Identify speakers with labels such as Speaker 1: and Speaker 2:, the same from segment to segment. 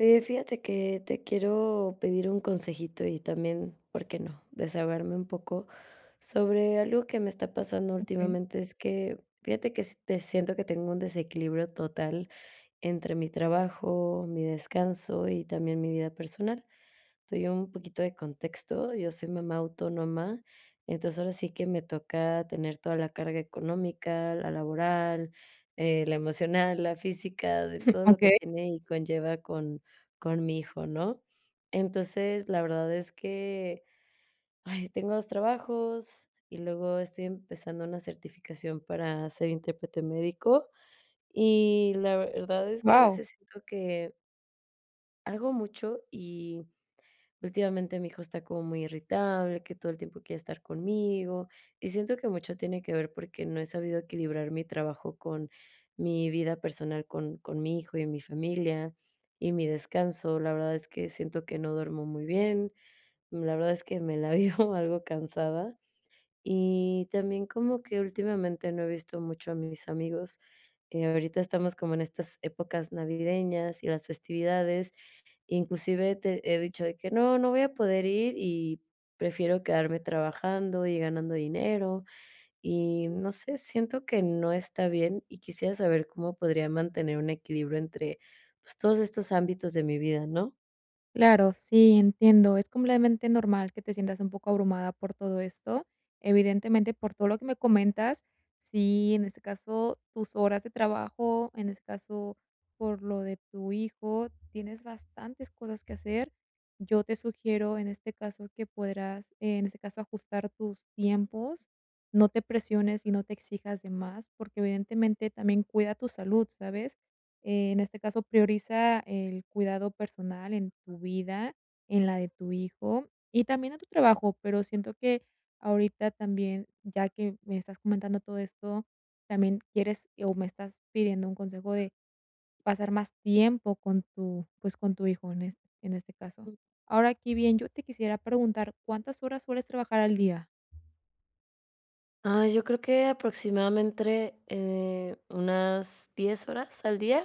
Speaker 1: Oye, fíjate que te quiero pedir un consejito y también, ¿por qué no?, desahogarme un poco sobre algo que me está pasando
Speaker 2: Okey,
Speaker 1: últimamente. Es que fíjate que s- te siento que tengo un desequilibrio total entre mi trabajo, mi descanso y también mi vida personal. Doy un poquito de contexto, yo soy mamá autónoma, entonces ahora sí que me toca tener toda la carga económica, la laboral, la emocional, la física, de todo lo que
Speaker 2: okey,
Speaker 1: tiene y conlleva con mi hijo, ¿no? Entonces, la verdad es que, ay, tengo 2 trabajos y luego estoy empezando una certificación para ser intérprete médico, y la verdad es que a
Speaker 2: guau.
Speaker 1: veces siento que hago mucho. Últimamente mi hijo está como muy irritable, que todo el tiempo quiere estar conmigo y siento que mucho tiene que ver porque no he sabido equilibrar mi trabajo con mi vida personal, con mi hijo y mi familia y mi descanso. La verdad es que siento que no duermo muy bien, la verdad es que me la vivo algo cansada y también como que últimamente no he visto mucho a mis amigos. Ahorita estamos como en estas épocas navideñas y las festividades. Inclusive te he dicho de que no, no voy a poder ir y prefiero quedarme trabajando y ganando dinero y no sé, siento que no está bien y quisiera saber cómo podría mantener un equilibrio entre, pues, todos estos ámbitos de mi vida, ¿no?
Speaker 2: Claro, sí, entiendo. Es completamente normal que te sientas un poco abrumada por todo esto. Evidentemente, por todo lo que me comentas, sí, en este caso, tus horas de trabajo, en este caso, por lo de tu hijo, tienes bastantes cosas que hacer. Yo te sugiero, en este caso, que podrás, en este caso, ajustar tus tiempos. No te presiones y no te exijas de más, porque evidentemente también cuida tu salud, ¿sabes? En este caso, prioriza el cuidado personal en tu vida, en la de tu hijo y también en tu trabajo, pero siento que ahorita también, ya que me estás comentando todo esto, también quieres o me estás pidiendo un consejo de pasar más tiempo con pues, con tu hijo en en este caso. Ahora aquí bien, yo te quisiera preguntar, ¿cuántas horas sueles trabajar al día?
Speaker 1: Ah, yo creo que aproximadamente, unas 10 horas al día.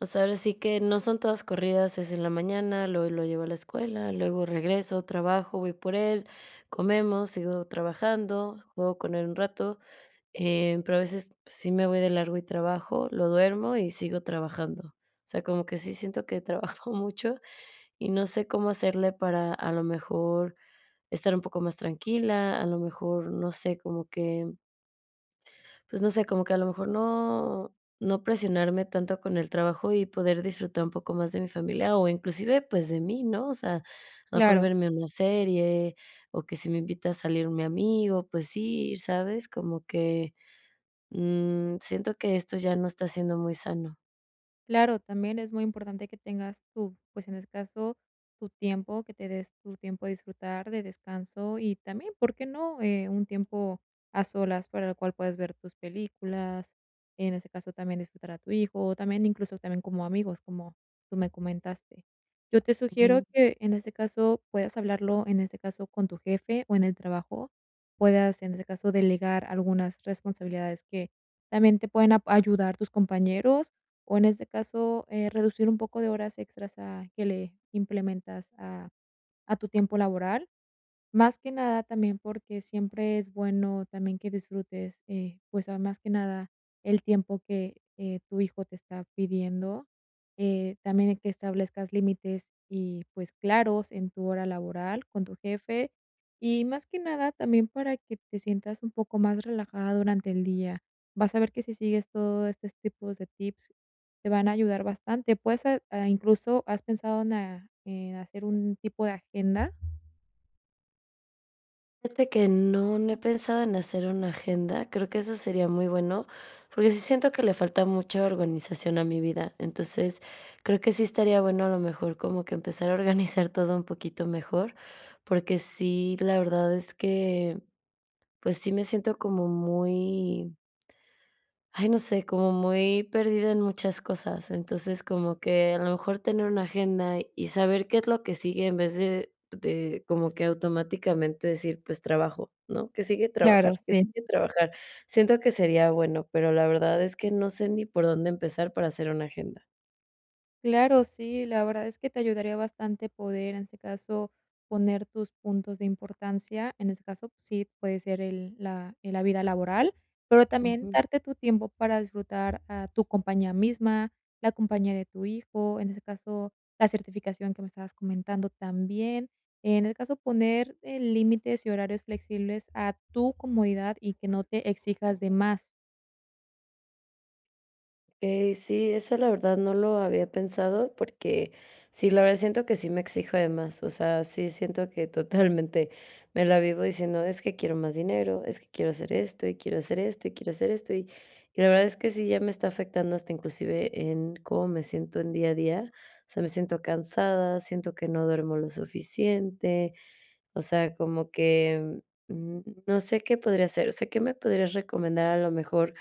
Speaker 1: O sea, ahora sí que no son todas corridas, es en la mañana, luego lo llevo a la escuela, luego regreso, trabajo, voy por él, comemos, sigo trabajando, juego con él un rato, pero a veces pues, sí me voy de largo y trabajo, lo duermo y sigo trabajando. O sea, como que sí siento que trabajo mucho y no sé cómo hacerle para, a lo mejor, estar un poco más tranquila, a lo mejor, no sé, como que pues no sé, como que a lo mejor no presionarme tanto con el trabajo y poder disfrutar un poco más de mi familia o inclusive, pues, de mí, ¿no? O sea, a lo mejor
Speaker 2: Claro,
Speaker 1: verme una serie o que si me invita a salir mi amigo, pues ir, ¿sabes? Como que, mm, siento que esto ya no está siendo muy sano.
Speaker 2: claro, también es muy importante que tengas tu, pues en este caso, tu tiempo, que te des tu tiempo de disfrutar, de descanso y también, ¿por qué no? Un tiempo a solas para el cual puedes ver tus películas, en ese caso también disfrutar a tu hijo, o también incluso también como amigos, como tú me comentaste. Yo te sugiero que en este caso puedas hablarlo, en este caso con tu jefe o en el trabajo, puedas en este caso delegar algunas responsabilidades que también te pueden ayudar tus compañeros o en este caso, reducir un poco de horas extras a que le implementas a tu tiempo laboral. Más que nada también porque siempre es bueno también que disfrutes, pues, a más que nada el tiempo que, tu hijo te está pidiendo, también que establezcas límites y, pues, claros en tu hora laboral con tu jefe, y más que nada también para que te sientas un poco más relajada durante el día. Vas a ver que si sigues todos estos tipos de tips te van a ayudar bastante. Puedes a incluso, ¿has pensado en a en hacer un tipo de agenda?
Speaker 1: Fíjate que no, no he pensado en hacer una agenda, creo que eso sería muy bueno, porque sí siento que le falta mucha organización a mi vida, entonces creo que sí estaría bueno a lo mejor como que empezar a organizar todo un poquito mejor, porque sí, la verdad es que pues sí me siento como muy ay, no sé, como muy perdida en muchas cosas. Entonces, como que a lo mejor tener una agenda y saber qué es lo que sigue en vez de como que automáticamente decir, pues, trabajo, ¿no? Que sigue trabajar,
Speaker 2: Claro,
Speaker 1: que
Speaker 2: sí.
Speaker 1: sigue trabajar. Siento que sería bueno, pero la verdad es que no sé ni por dónde empezar para hacer una agenda.
Speaker 2: Claro, sí, la verdad es que te ayudaría bastante poder, en ese caso, poner tus puntos de importancia. En ese caso, pues sí, puede ser el la la vida laboral, pero también
Speaker 1: Ujú.
Speaker 2: darte tu tiempo para disfrutar a tu compañía misma, la compañía de tu hijo, en ese caso, la certificación que me estabas comentando también. En el caso, poner, límites y horarios flexibles a tu comodidad y que no te exijas de más.
Speaker 1: Okey, sí, eso la verdad no lo había pensado porque sí, la verdad siento que sí me exijo de más, o sea, sí siento que totalmente me la vivo diciendo: "Es que quiero más dinero, es que quiero hacer esto, y quiero hacer esto, y quiero hacer esto", y la verdad es que sí ya me está afectando hasta inclusive en cómo me siento en día a día, o sea, me siento cansada, siento que no duermo lo suficiente, o sea, como que, mm, no sé qué podría hacer, o sea, ¿qué me podrías recomendar a lo mejor,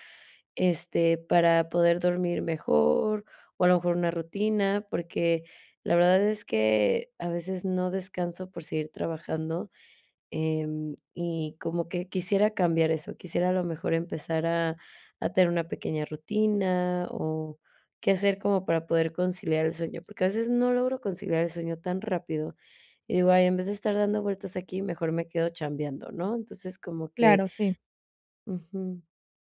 Speaker 1: este, para poder dormir mejor? O a lo mejor una rutina, porque la verdad es que a veces no descanso por seguir trabajando. Y como que quisiera cambiar eso, quisiera a lo mejor empezar a tener una pequeña rutina, o qué hacer como para poder conciliar el sueño, porque a veces no logro conciliar el sueño tan rápido, y digo: "Ay, en vez de estar dando vueltas aquí, mejor me quedo chambeando", ¿no? Entonces, como que
Speaker 2: Claro, sí.
Speaker 1: ujú,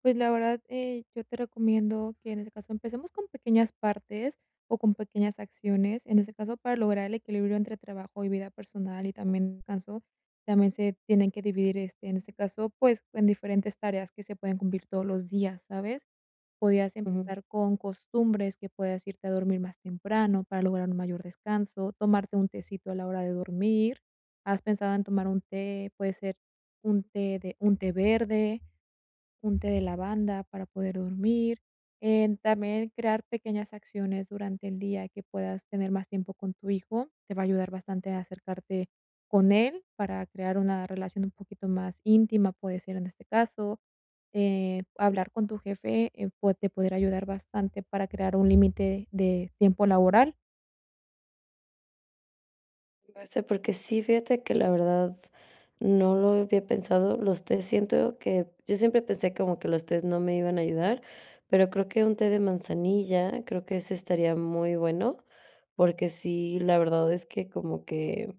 Speaker 2: Pues la verdad, yo te recomiendo que en ese caso empecemos con pequeñas partes o con pequeñas acciones. En ese caso, para lograr el equilibrio entre trabajo y vida personal y también descanso, también se tienen que dividir, este, en este caso, pues en diferentes tareas que se pueden cumplir todos los días, ¿sabes? Podías
Speaker 1: ujú.
Speaker 2: empezar con costumbres que puedas irte a dormir más temprano para lograr un mayor descanso, tomarte un tecito a la hora de dormir. ¿Has pensado en tomar un té? Puede ser un té verde, un té de lavanda para poder dormir, también crear pequeñas acciones durante el día que puedas tener más tiempo con tu hijo, te va a ayudar bastante a acercarte con él para crear una relación un poquito más íntima, puede ser en este caso. Hablar con tu jefe, puede te podrá ayudar bastante para crear un límite de tiempo laboral.
Speaker 1: No sé, porque sí, fíjate que la verdad no lo había pensado. Los tés siento que yo siempre pensé como que los tés no me iban a ayudar, pero creo que un té de manzanilla, creo que ese estaría muy bueno, porque sí, la verdad es que como que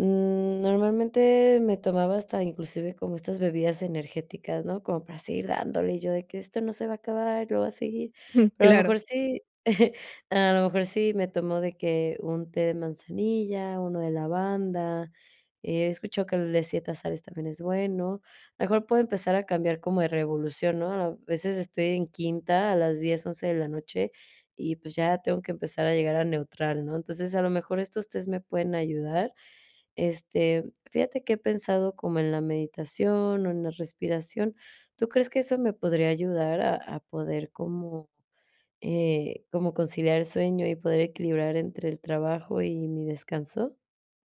Speaker 1: mm, normalmente me tomaba hasta inclusive como estas bebidas energéticas, ¿no? Como para seguir dándole, y yo de que esto no se va a acabar, lo va a seguir. Pero a lo
Speaker 2: Claro.
Speaker 1: mejor sí, a lo mejor sí me tomó de que un té de manzanilla, uno de lavanda, he escuchado que el de siete azares también es bueno. A lo mejor puedo empezar a cambiar como de revolución, ¿no? A veces estoy en quinta a las 10 u 11 de la noche y pues ya tengo que empezar a llegar a neutral, ¿no? Entonces a lo mejor estos tés me pueden ayudar este, fíjate que he pensado como en la meditación o en la respiración. ¿Tú crees que eso me podría ayudar a poder como, como conciliar el sueño y poder equilibrar entre el trabajo y mi descanso?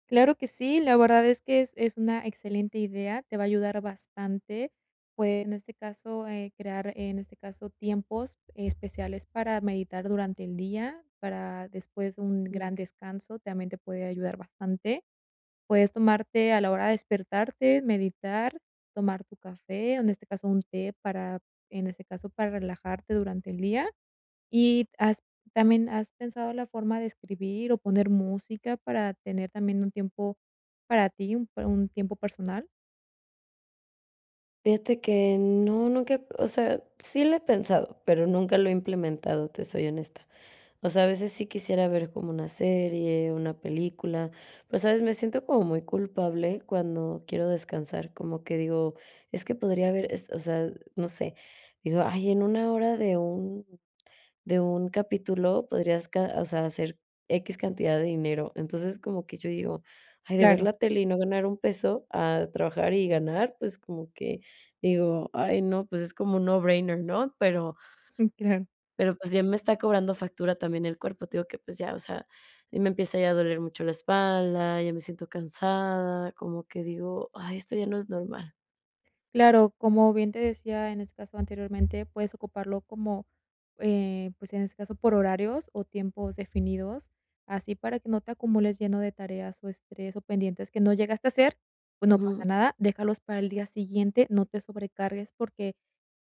Speaker 2: Claro que sí, la verdad es que es una excelente idea, te va a ayudar bastante, pues, en este caso, crear, en este caso, tiempos especiales para meditar durante el día, para después un
Speaker 1: Mm.
Speaker 2: gran descanso, también te puede ayudar bastante. Puedes tomarte a la hora de despertarte, meditar, tomar tu café, o en este caso, un té para en este caso, para relajarte durante el día. Y has ¿Has pensado la forma de escribir o poner música para tener también un tiempo para ti, un tiempo personal?
Speaker 1: Fíjate que no, nunca, o sea, sí lo he pensado, pero nunca lo he implementado, te soy honesta. O sea, a veces sí quisiera ver como una serie, una película, pero, ¿sabes? Me siento como muy culpable cuando quiero descansar, como que digo, es que podría haber, es- o sea, no sé, digo, ay, en una hora de un capítulo podrías ca o sea, hacer x cantidad de dinero. Entonces, como que yo digo: "Ay, de ver
Speaker 2: Claro,
Speaker 1: la tele y no ganar un peso a trabajar y ganar", pues, como que digo: "Ay, no, pues, es como un no brainer", ¿no? Pero
Speaker 2: claro.
Speaker 1: pero, pues, ya me está cobrando factura también el cuerpo. Te digo que, pues, ya, o sea, y me empieza ya a doler mucho la espalda, ya me siento cansada, como que digo: "Ay, esto ya no es normal".
Speaker 2: Claro, como bien te decía en este caso anteriormente, puedes ocuparlo como, pues, en este caso por horarios o tiempos definidos, así para que no te acumules lleno de tareas o estrés o pendientes que no llegaste a hacer, pues, no pasa
Speaker 1: Ujú,
Speaker 2: nada, déjalos para el día siguiente, no te sobrecargues porque,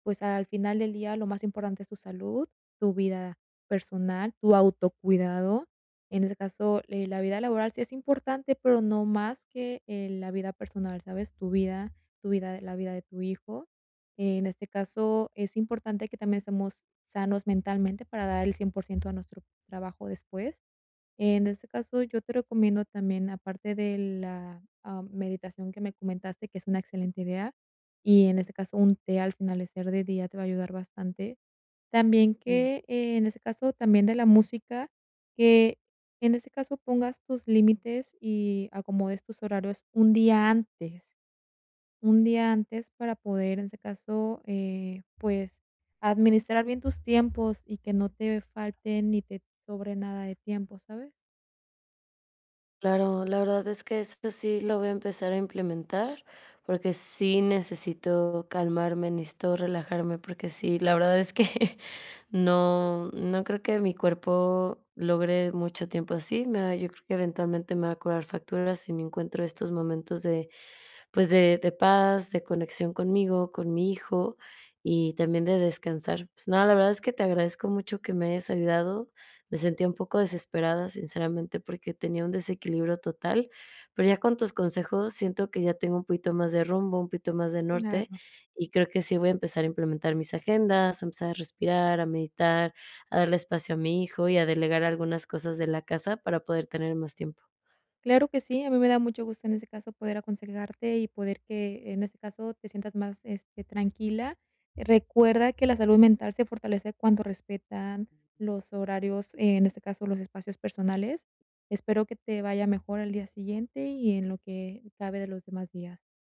Speaker 2: pues, al final del día lo más importante es tu salud, tu vida personal, tu autocuidado. En este caso, la vida laboral sí es importante, pero no más que, la vida personal, ¿sabes? Tu vida, la vida de tu hijo. En este caso, es importante que también estemos sanos mentalmente para dar el 100% a nuestro trabajo después. En este caso, yo te recomiendo también, aparte de la meditación que me comentaste, que es una excelente idea, y en este caso un té al finalizar de día te va a ayudar bastante. También
Speaker 1: mm.
Speaker 2: que en este caso también de la música, que en este caso pongas tus límites y acomodes tus horarios un día antes para poder, en ese caso, pues, administrar bien tus tiempos y que no te falte ni te sobre nada de tiempo, ¿sabes?
Speaker 1: Claro, la verdad es que eso sí lo voy a empezar a implementar, porque sí necesito calmarme, necesito relajarme, porque sí, la verdad es que no, no creo que mi cuerpo logre mucho tiempo así. Me va- yo creo que eventualmente me va a cobrar facturas si no encuentro estos momentos de, pues de paz, de conexión conmigo, con mi hijo y también de descansar. Pues nada, la verdad es que te agradezco mucho que me hayas ayudado. Me sentía un poco desesperada, sinceramente, porque tenía un desequilibrio total, pero ya con tus consejos siento que ya tengo un poquito más de rumbo, un poquito más de norte,
Speaker 2: Claro.
Speaker 1: y creo que sí voy a empezar a implementar mis agendas, a empezar a respirar, a meditar, a darle espacio a mi hijo y a delegar algunas cosas de la casa para poder tener más tiempo.
Speaker 2: Claro que sí, a mí me da mucho gusto en ese caso poder aconsejarte y poder que en ese caso te sientas más tranquila. Recuerda que la salud mental se fortalece cuando respetan los horarios, en este caso, los espacios personales. Espero que te vaya mejor al día siguiente y en lo que cabe de los demás días.